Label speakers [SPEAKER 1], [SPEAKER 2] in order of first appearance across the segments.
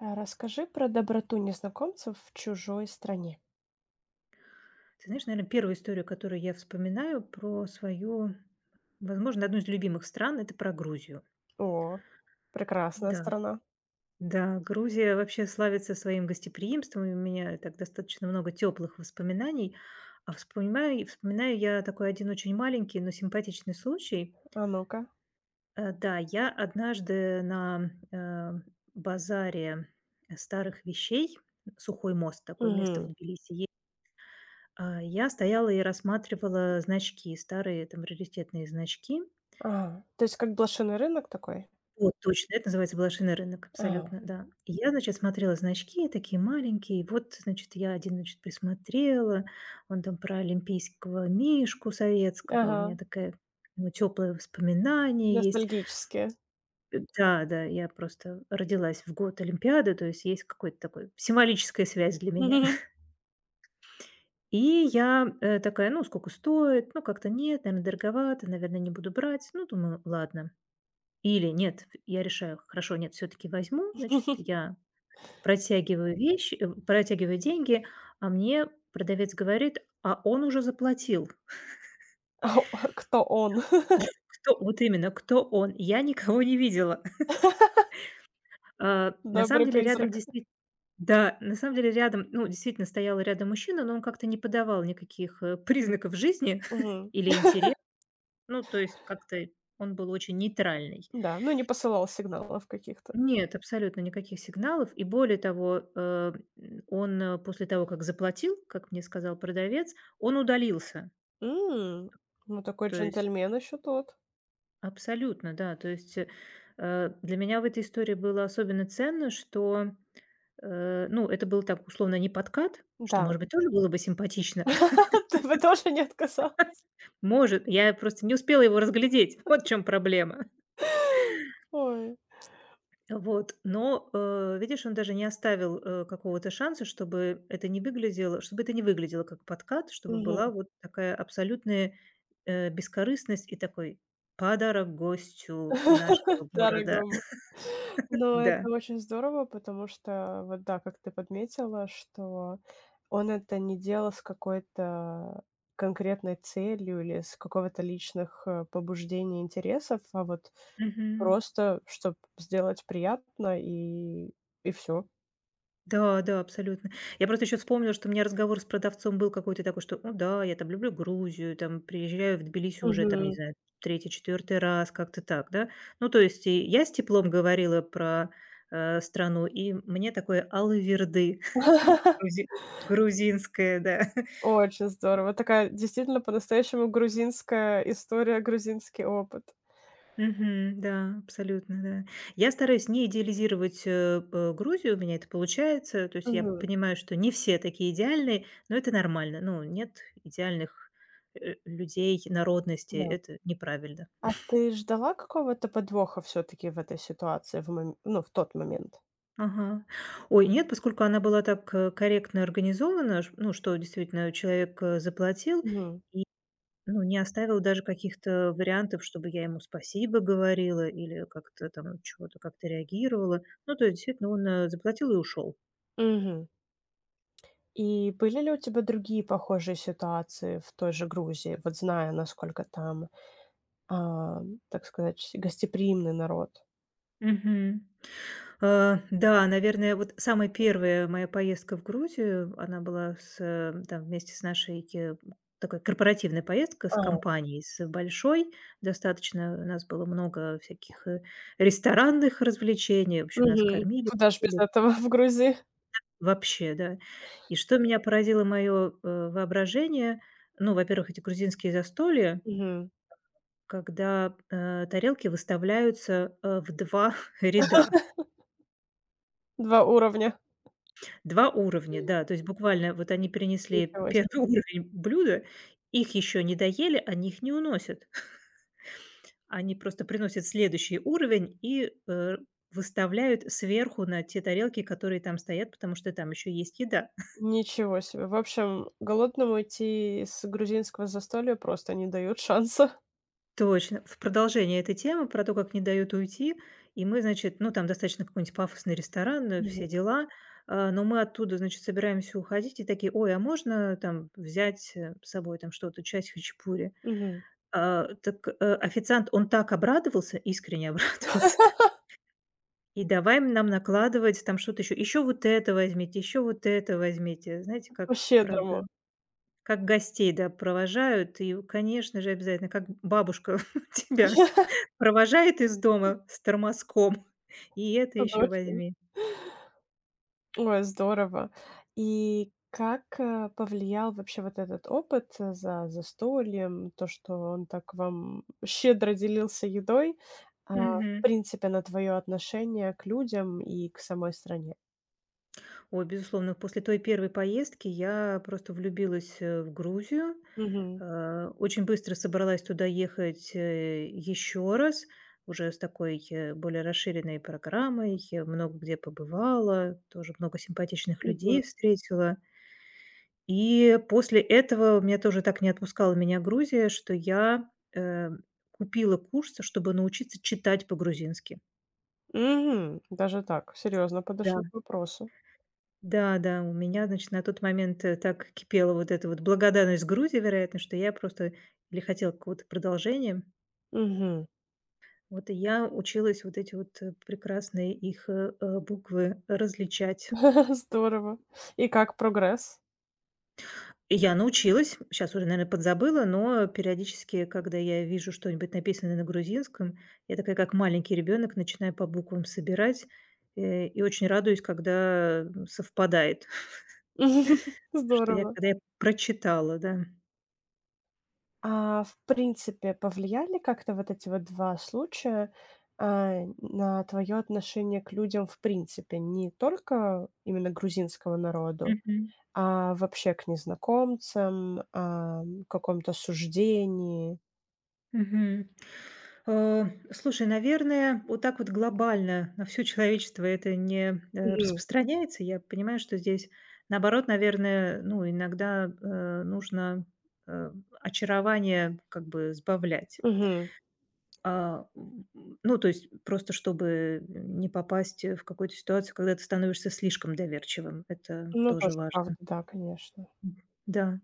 [SPEAKER 1] А расскажи про доброту незнакомцев в чужой стране.
[SPEAKER 2] Ты знаешь, наверное, первую историю, которую я вспоминаю про свою, возможно, одну из любимых стран- это про Грузию.
[SPEAKER 1] О, прекрасная
[SPEAKER 2] Да,
[SPEAKER 1] страна.
[SPEAKER 2] да, Грузия вообще славится своим гостеприимством, и у меня так достаточно много теплых воспоминаний. А вспоминаю я такой один очень маленький, но симпатичный случай.
[SPEAKER 1] А ну-ка.
[SPEAKER 2] Да, я однажды на, базаре старых вещей, Сухой мост- такое место в
[SPEAKER 1] Угу.
[SPEAKER 2] Тбилиси. А я стояла и рассматривала значки, старые там раритетные значки.
[SPEAKER 1] Ага. То есть как блошиный рынок такой?
[SPEAKER 2] Вот, точно, это называется "Блошиный рынок",
[SPEAKER 1] Ага.
[SPEAKER 2] абсолютно, да. И я, значит, смотрела значки, такие маленькие. И вот, значит, я один, значит, присмотрела, он там про олимпийского мишку советского. У
[SPEAKER 1] Ага.
[SPEAKER 2] меня такая, теплое воспоминание есть.
[SPEAKER 1] Ностальгические.
[SPEAKER 2] Да, я просто родилась в год Олимпиады, то есть есть какой-то такой символическая связь для меня. И я, такая: "Ну, сколько стоит? Ну, как-то нет, наверное, дороговато, наверное, не буду брать". Ну, думаю, ладно. Или нет, я решаю: хорошо, нет, все таки возьму. Значит, я протягиваю вещи, протягиваю деньги, а мне продавец говорит: "А он уже заплатил".
[SPEAKER 1] А о кто он?
[SPEAKER 2] Он кто вот именно, кто он? Я никого не видела. А, на самом
[SPEAKER 1] Добрый
[SPEAKER 2] деле рядом
[SPEAKER 1] призрак.
[SPEAKER 2] действительно, да, на самом деле рядом, ну, действительно стоял рядом мужчина, но он как-то не подавал никаких, признаков жизни
[SPEAKER 1] Мгм.
[SPEAKER 2] или интереса. Ну, то есть как-то он был очень нейтральный.
[SPEAKER 1] Да, ну не посылал сигналов каких-то.
[SPEAKER 2] Нет, абсолютно никаких сигналов. И более того, он, после того, как заплатил, как мне сказал продавец, он удалился.
[SPEAKER 1] М, ну такой
[SPEAKER 2] То есть
[SPEAKER 1] джентльмен еще тот.
[SPEAKER 2] абсолютно, да. То есть, для меня в этой истории было особенно ценно, что, ну, это был так условно не подкат, что,
[SPEAKER 1] Да.
[SPEAKER 2] может быть, тоже было бы симпатично.
[SPEAKER 1] Ты бы тоже не отказал.
[SPEAKER 2] Может, я просто не успела его разглядеть. Вот в чём проблема.
[SPEAKER 1] Ой.
[SPEAKER 2] Вот, но, видишь, он даже не оставил, какого-то шанса, чтобы это не выглядело как подкат, чтобы
[SPEAKER 1] Мгм.
[SPEAKER 2] была вот такая абсолютная, бескорыстность и такой подарок гостю нашего города.
[SPEAKER 1] Дорогому. Но
[SPEAKER 2] Да.
[SPEAKER 1] это очень здорово, потому что, вот да, как ты подметила, что он это не делал с какой-то конкретной целью или с какого-то личных побуждений, интересов, а вот
[SPEAKER 2] Мгм.
[SPEAKER 1] просто, чтобы сделать приятно и все.
[SPEAKER 2] Да, да, абсолютно. Я просто еще вспомнила, что у меня разговор с продавцом был какой-то такой, что, ну да, я там люблю Грузию, там приезжаю в Тбилиси уже, там, не
[SPEAKER 1] Мгм.
[SPEAKER 2] знаю, третий, четвертый раз, как-то так, да. Ну, то есть и я с теплом говорила про страну, и мне такое алаверды грузи- грузинское, да.
[SPEAKER 1] Очень здорово. Такая действительно по-настоящему грузинская история, грузинский опыт.
[SPEAKER 2] Мгм. Да, абсолютно, да. Я стараюсь не идеализировать, Грузию, у меня это получается. То есть я
[SPEAKER 1] Мгм.
[SPEAKER 2] понимаю, что не все такие идеальные, но это нормально. Ну, нет идеальных, людей, народностей.
[SPEAKER 1] Да.
[SPEAKER 2] Это неправильно.
[SPEAKER 1] А ты ждала какого-то подвоха все таки в этой ситуации в мом ну, в тот момент?
[SPEAKER 2] Ага. Ой, нет, поскольку она была так, корректно организована, ш ну, что действительно человек, заплатил.
[SPEAKER 1] Мгм.
[SPEAKER 2] Ну, не оставил даже каких-то вариантов, чтобы я ему спасибо говорила или как-то там чего-то как-то реагировала. Ну, то есть, действительно, он заплатил и ушел.
[SPEAKER 1] Мгм. И были ли у тебя другие похожие ситуации в той же Грузии, вот зная, насколько там, а, так сказать, гостеприимный народ?
[SPEAKER 2] Мгм. Да, наверное, вот самая первая моя поездка в Грузию, она была с, там, вместе с нашей такой корпоративная поездка с
[SPEAKER 1] А,
[SPEAKER 2] компанией, с большой достаточно. У нас было много всяких ресторанных развлечений, в общем, нас
[SPEAKER 1] мгм.
[SPEAKER 2] кормили.
[SPEAKER 1] Куда ж без
[SPEAKER 2] Пили.
[SPEAKER 1] этого в Грузии?
[SPEAKER 2] Вообще, да. И что меня поразило мое, воображение, ну, во-первых, эти грузинские застолья,
[SPEAKER 1] Мгм.
[SPEAKER 2] когда, тарелки выставляются, в 2 ряда,
[SPEAKER 1] 2 уровня.
[SPEAKER 2] два уровня, да. То есть буквально вот они принесли
[SPEAKER 1] Ничего
[SPEAKER 2] первый
[SPEAKER 1] себе.
[SPEAKER 2] уровень блюда, их еще не доели, они их не уносят. Они просто приносят следующий уровень и, выставляют сверху на те тарелки, которые там стоят, потому что там еще есть еда.
[SPEAKER 1] Ничего себе. В общем, голодному идти с грузинского застолья просто не дают шанса.
[SPEAKER 2] Точно. В продолжение этой темы про то, как не дают уйти. И мы, значит, ну, там достаточно какой-нибудь пафосный ресторан, все
[SPEAKER 1] Мгм.
[SPEAKER 2] дела. А, но мы оттуда, значит, собираемся уходить и такие: "Ой, а можно там взять, с собой там что-то, часть хачапури?"
[SPEAKER 1] Мгм.
[SPEAKER 2] А, так, официант, он так обрадовался, искренне обрадовался, и давай нам накладывать там что-то еще, еще вот это возьмите, еще вот это возьмите". Знаете, как, правда,
[SPEAKER 1] По-щедрому.
[SPEAKER 2] как гостей, да, провожают. И, конечно же, обязательно, как бабушка тебя провожает из дома с тормозком, и это
[SPEAKER 1] Тут
[SPEAKER 2] еще
[SPEAKER 1] очень.
[SPEAKER 2] возьми.
[SPEAKER 1] Ой, здорово. И как, повлиял вообще вот этот опыт, за застольем, то, что он так вам щедро делился едой, а, в
[SPEAKER 2] Мгм.
[SPEAKER 1] принципе, на твое отношение к людям и к самой стране?
[SPEAKER 2] Ой, безусловно, после той первой поездки я просто влюбилась, в Грузию.
[SPEAKER 1] Мгм.
[SPEAKER 2] Очень быстро собралась туда ехать, еще раз, уже с такой, более расширенной программой. Я много где побывала, тоже много симпатичных
[SPEAKER 1] Мгм.
[SPEAKER 2] людей встретила. И после этого у меня тоже так не отпускала меня Грузия, что я, э, купила курс, чтобы научиться читать по-грузински.
[SPEAKER 1] Мгм. Даже так, серьезно,
[SPEAKER 2] Да.
[SPEAKER 1] подошла к вопросу.
[SPEAKER 2] Да, да, у меня, значит, на тот момент, так кипела вот эта вот благодарность Грузии, вероятно, что я просто или хотела какого-то продолжения.
[SPEAKER 1] Мгм.
[SPEAKER 2] Вот и я училась вот эти вот, э, прекрасные их, буквы различать.
[SPEAKER 1] Здорово. И как прогресс?
[SPEAKER 2] И я научилась. Сейчас уже, наверное, подзабыла, но периодически, когда я вижу что-нибудь написанное на грузинском, я такая, как маленький ребенок, начинаю по буквам собирать, и очень радуюсь, когда, совпадает, что я
[SPEAKER 1] Здорово.
[SPEAKER 2] когда я прочитала, да.
[SPEAKER 1] А в принципе, повлияли как-то вот эти вот 2 случая, а, на твое отношение к людям в принципе? Не только именно грузинскому народу,
[SPEAKER 2] Мгм.
[SPEAKER 1] а вообще к незнакомцам, ам, каком-то суждении?
[SPEAKER 2] Мгм. Э, Слушай, наверное, вот так вот глобально на всё человечество это не,
[SPEAKER 1] Мгм,
[SPEAKER 2] распространяется. Я понимаю, что здесь, наоборот, наверное, ну, иногда, нужно, э, очарование как бы сбавлять.
[SPEAKER 1] мгм.
[SPEAKER 2] А, м, ну, то есть просто чтобы не попасть, в какую-то ситуацию, когда ты становишься слишком доверчивым. Это
[SPEAKER 1] Ну,
[SPEAKER 2] тоже
[SPEAKER 1] тоже
[SPEAKER 2] важно.
[SPEAKER 1] правда, да, конечно.
[SPEAKER 2] М, да,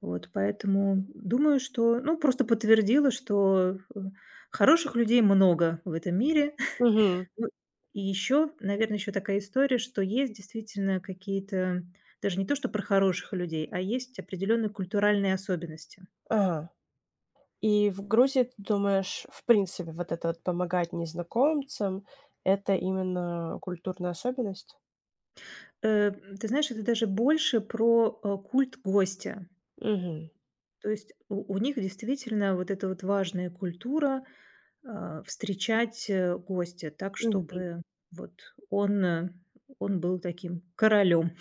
[SPEAKER 2] вот поэтому думаю, что, ну, просто подтвердила, что, хороших людей много в этом мире.
[SPEAKER 1] Мгм.
[SPEAKER 2] Ну, и еще, наверное, еще такая история, что есть действительно какие-то даже не то, что про хороших людей, а есть определенные культуральные особенности.
[SPEAKER 1] Ага. И в Грузии, ты думаешь, в принципе, вот это вот помогать незнакомцам — это именно культурная особенность?
[SPEAKER 2] Э, Ты знаешь, это даже больше про, культ гостя.
[SPEAKER 1] Мгм,
[SPEAKER 2] То есть у них действительно вот эта вот важная культура, а, встречать, гостя так,
[SPEAKER 1] мгм.
[SPEAKER 2] чтобы вот он, он был таким королем.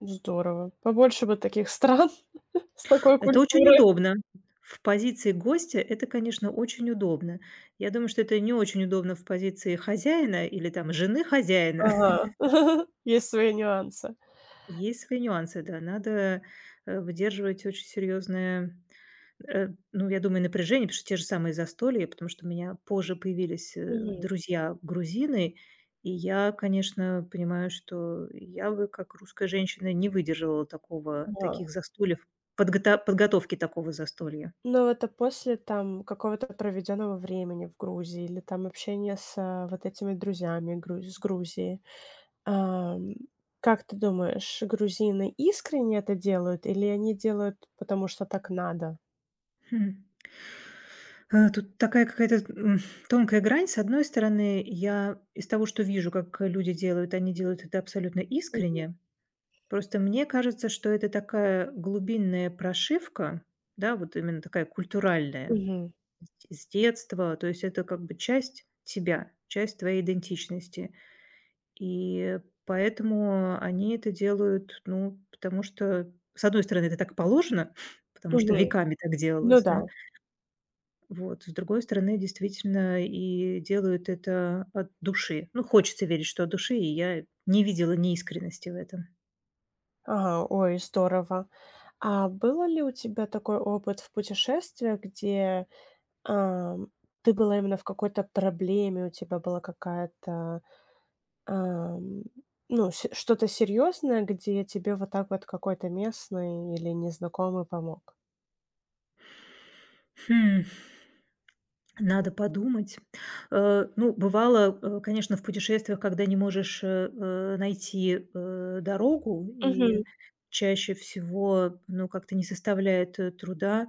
[SPEAKER 1] Здорово. Побольше бы таких стран с такой
[SPEAKER 2] Это очень
[SPEAKER 1] культурой.
[SPEAKER 2] удобно. В позиции гостя это, конечно, очень удобно. Я думаю, что это не очень удобно в позиции хозяина или там жены хозяина.
[SPEAKER 1] Ага. Есть свои нюансы.
[SPEAKER 2] Есть свои нюансы, да. Надо, выдерживать очень серьезное, ну, я думаю, напряжение, потому что те же самые застолья, потому что у меня позже появились,
[SPEAKER 1] Мгм.
[SPEAKER 2] друзья-грузины, и я, конечно, понимаю, что я бы, как русская женщина, не выдержала такого
[SPEAKER 1] Да.
[SPEAKER 2] таких застольев, подготовки такого застолья.
[SPEAKER 1] Но это после там какого-то проведенного времени в Грузии или там общения с, а, вот этими друзьями гру с Грузии. Ам, как ты думаешь, грузины искренне это делают или они делают, потому что так надо?
[SPEAKER 2] Хм. Тут такая какая-то, тонкая грань. С одной стороны, я из того, что вижу, как люди делают, они делают это абсолютно
[SPEAKER 1] Мгм.
[SPEAKER 2] искренне. Просто мне кажется, что это такая глубинная прошивка, да, вот именно такая культуральная
[SPEAKER 1] Мгм.
[SPEAKER 2] с детства. То есть это как бы часть тебя, часть твоей идентичности. И поэтому они это делают, ну, потому что, с одной стороны, это так положено, потому что
[SPEAKER 1] Мгм.
[SPEAKER 2] веками так
[SPEAKER 1] Ну
[SPEAKER 2] делалось,
[SPEAKER 1] да.
[SPEAKER 2] да. Вот. С другой стороны, действительно, и делают это от души. Ну, хочется верить, что от души, и я не видела неискренности в этом.
[SPEAKER 1] Ага, ой, здорово. А было ли у тебя такой опыт в путешествиях, где ам, ты была именно в какой-то проблеме, у тебя была какая-то, ам, ну, с что-то серьезное, где тебе вот так вот какой-то местный или незнакомый помог?
[SPEAKER 2] Хм, надо подумать. Ну, бывало, конечно, в путешествиях, когда не можешь найти дорогу, и
[SPEAKER 1] Мгм,
[SPEAKER 2] чаще всего, ну, как-то не составляет труда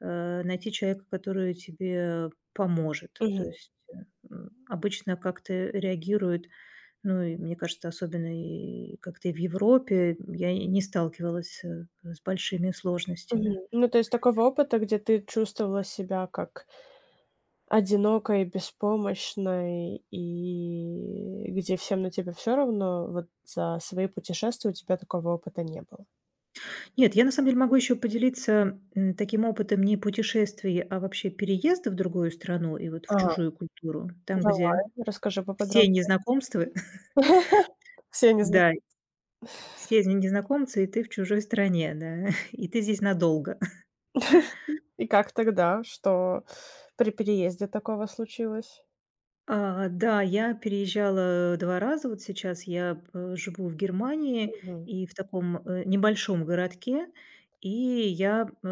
[SPEAKER 2] найти человека, который тебе поможет. То
[SPEAKER 1] мгм,
[SPEAKER 2] есть э, м, обычно как-то реагируют. Ну и мне кажется, особенно и как-то и в Европе я и не сталкивалась, с большими
[SPEAKER 1] мгм.
[SPEAKER 2] сложностями.
[SPEAKER 1] Ну, то есть такого опыта, где ты чувствовала себя как одинокой, беспомощной и где всем на тебя все равно, вот за свои путешествия у тебя такого опыта не было.
[SPEAKER 2] Нет, я на самом деле могу еще поделиться, таким опытом не путешествий, а вообще переезда в другую страну и вот в
[SPEAKER 1] А,
[SPEAKER 2] чужую культуру. Там, где
[SPEAKER 1] давай, расскажи
[SPEAKER 2] все
[SPEAKER 1] поподробнее.
[SPEAKER 2] незнакомства,
[SPEAKER 1] Все не знают.
[SPEAKER 2] да, все незнакомцы, и ты в чужой стране, да, и ты здесь надолго.
[SPEAKER 1] И как тогда? Что при переезде такого случилось?
[SPEAKER 2] А, да, я переезжала 2 раза. Вот сейчас я, живу в Германии
[SPEAKER 1] Мгм.
[SPEAKER 2] и в таком, небольшом городке. И я, э,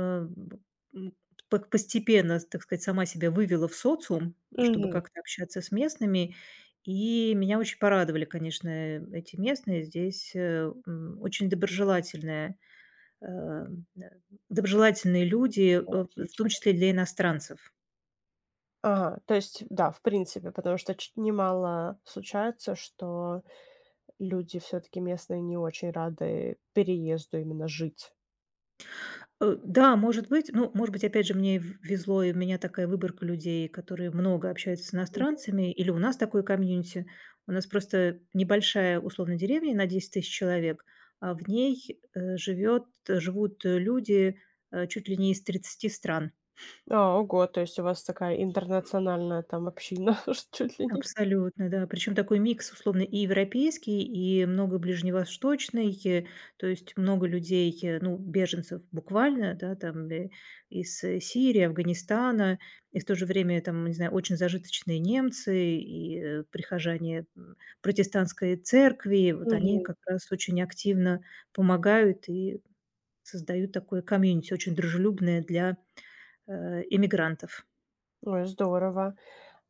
[SPEAKER 2] м, по постепенно, так сказать, сама себя вывела в социум, чтобы
[SPEAKER 1] Мгм.
[SPEAKER 2] как-то общаться с местными. И меня очень порадовали, конечно, эти местные. Здесь, очень доброжелательные, э, м, э, доброжелательные люди, в том
[SPEAKER 1] Отлично.
[SPEAKER 2] числе для иностранцев.
[SPEAKER 1] Ага, то есть, да, в принципе, потому что ч немало случается, что люди все таки местные не очень рады переезду именно жить.
[SPEAKER 2] Да, может быть. Ну, может быть, опять же, мне в везло, и у меня такая выборка людей, которые много общаются с
[SPEAKER 1] Мгм.
[SPEAKER 2] иностранцами, или у нас такой комьюнити. У нас просто небольшая, условно, деревня на 10 тысяч человек, а в ней, живет живут люди, чуть ли не из 30 стран.
[SPEAKER 1] А, ого, то есть у вас такая интернациональная там община, что чуть ли не.
[SPEAKER 2] Абсолютно, да. Причем такой микс, условно, и европейский, и много ближневосточный, то есть много людей, ну, беженцев буквально, да, там из Сирии, Афганистана, и в то же время там, не знаю, очень зажиточные немцы и прихожане протестантской церкви, вот они
[SPEAKER 1] Мгм.
[SPEAKER 2] как раз очень активно помогают и создают такое комьюнити, очень дружелюбное для иммигрантов.
[SPEAKER 1] Ой, здорово.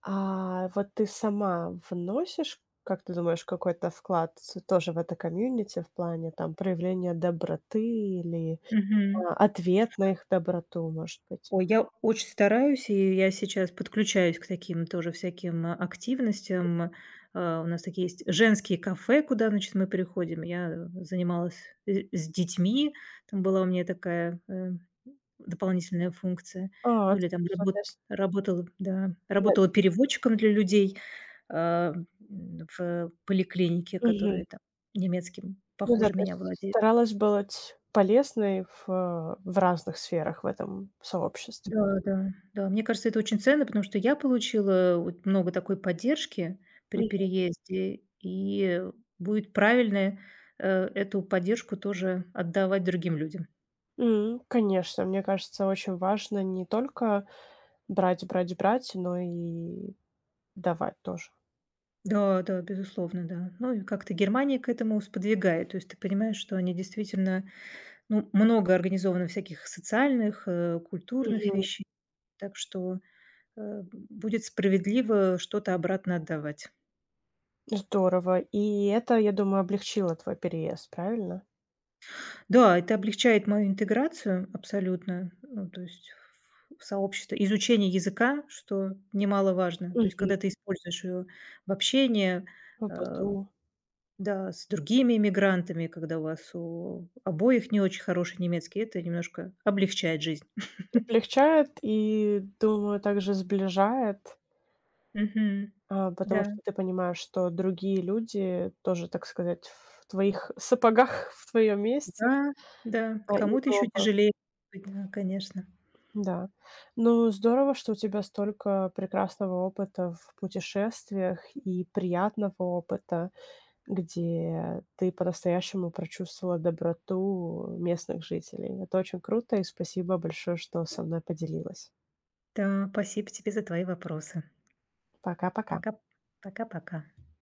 [SPEAKER 1] А вот ты сама вносишь, как ты думаешь, какой-то вклад с тоже в это комьюнити в плане там проявления доброты или,
[SPEAKER 2] Мгм.
[SPEAKER 1] а, ответ на их доброту, может быть?
[SPEAKER 2] Ой, я очень стараюсь, и я сейчас подключаюсь к таким тоже всяким, а, активностям. А, у нас такие есть женские кафе, куда, значит, мы приходим. Я, занималась, с детьми, там была у меня такая, дополнительная функция.
[SPEAKER 1] А,
[SPEAKER 2] Ну, или там
[SPEAKER 1] отлично. То есть
[SPEAKER 2] работала, да,
[SPEAKER 1] нет.
[SPEAKER 2] работала переводчиком для людей, а, м, в поликлинике,
[SPEAKER 1] Мгм.
[SPEAKER 2] которые там немецким
[SPEAKER 1] Ну да,
[SPEAKER 2] похуже
[SPEAKER 1] то
[SPEAKER 2] меня
[SPEAKER 1] есть
[SPEAKER 2] владеют.
[SPEAKER 1] старалась быть полезной в, в разных сферах в этом сообществе.
[SPEAKER 2] Да, да, да. Мне кажется, это очень ценно, потому что я получила вот много такой поддержки при
[SPEAKER 1] Мгм.
[SPEAKER 2] переезде, и будет правильно, эту поддержку тоже отдавать другим людям.
[SPEAKER 1] М, конечно, мне кажется, очень важно не только брать, но и давать тоже.
[SPEAKER 2] Да, да, безусловно, да. Ну и как-то Германия к этому сподвигает. То есть ты понимаешь, что они действительно, ну, много организовано всяких социальных, культурных вещей, так что, э, будет справедливо что-то обратно отдавать.
[SPEAKER 1] Здорово. И это, я думаю, облегчило твой переезд, правильно?
[SPEAKER 2] Да, это облегчает мою интеграцию абсолютно, ну, то есть в сообщество. Изучение языка, что немаловажно. То есть
[SPEAKER 1] Мгм.
[SPEAKER 2] когда ты используешь её в общении,
[SPEAKER 1] В
[SPEAKER 2] э,
[SPEAKER 1] быту.
[SPEAKER 2] да, с другими иммигрантами, когда у вас у обоих не очень хороший немецкий, это немножко облегчает жизнь.
[SPEAKER 1] Облегчает и, думаю, также сближает,
[SPEAKER 2] Мгм.
[SPEAKER 1] а, потому
[SPEAKER 2] Да,
[SPEAKER 1] что ты понимаешь, что другие люди тоже, так сказать, в твоих сапогах, в твоем месте,
[SPEAKER 2] да, да.
[SPEAKER 1] а, и
[SPEAKER 2] Кому-то
[SPEAKER 1] вы
[SPEAKER 2] еще
[SPEAKER 1] оба
[SPEAKER 2] тяжелее, да, конечно.
[SPEAKER 1] да. Ну, здорово, что у тебя столько прекрасного опыта в путешествиях и приятного опыта, где ты по-настоящему прочувствовала доброту местных жителей. Это очень круто, и спасибо большое, что со мной поделилась.
[SPEAKER 2] Да, спасибо тебе за твои вопросы.
[SPEAKER 1] Пока-пока.
[SPEAKER 2] Пока, пока-пока.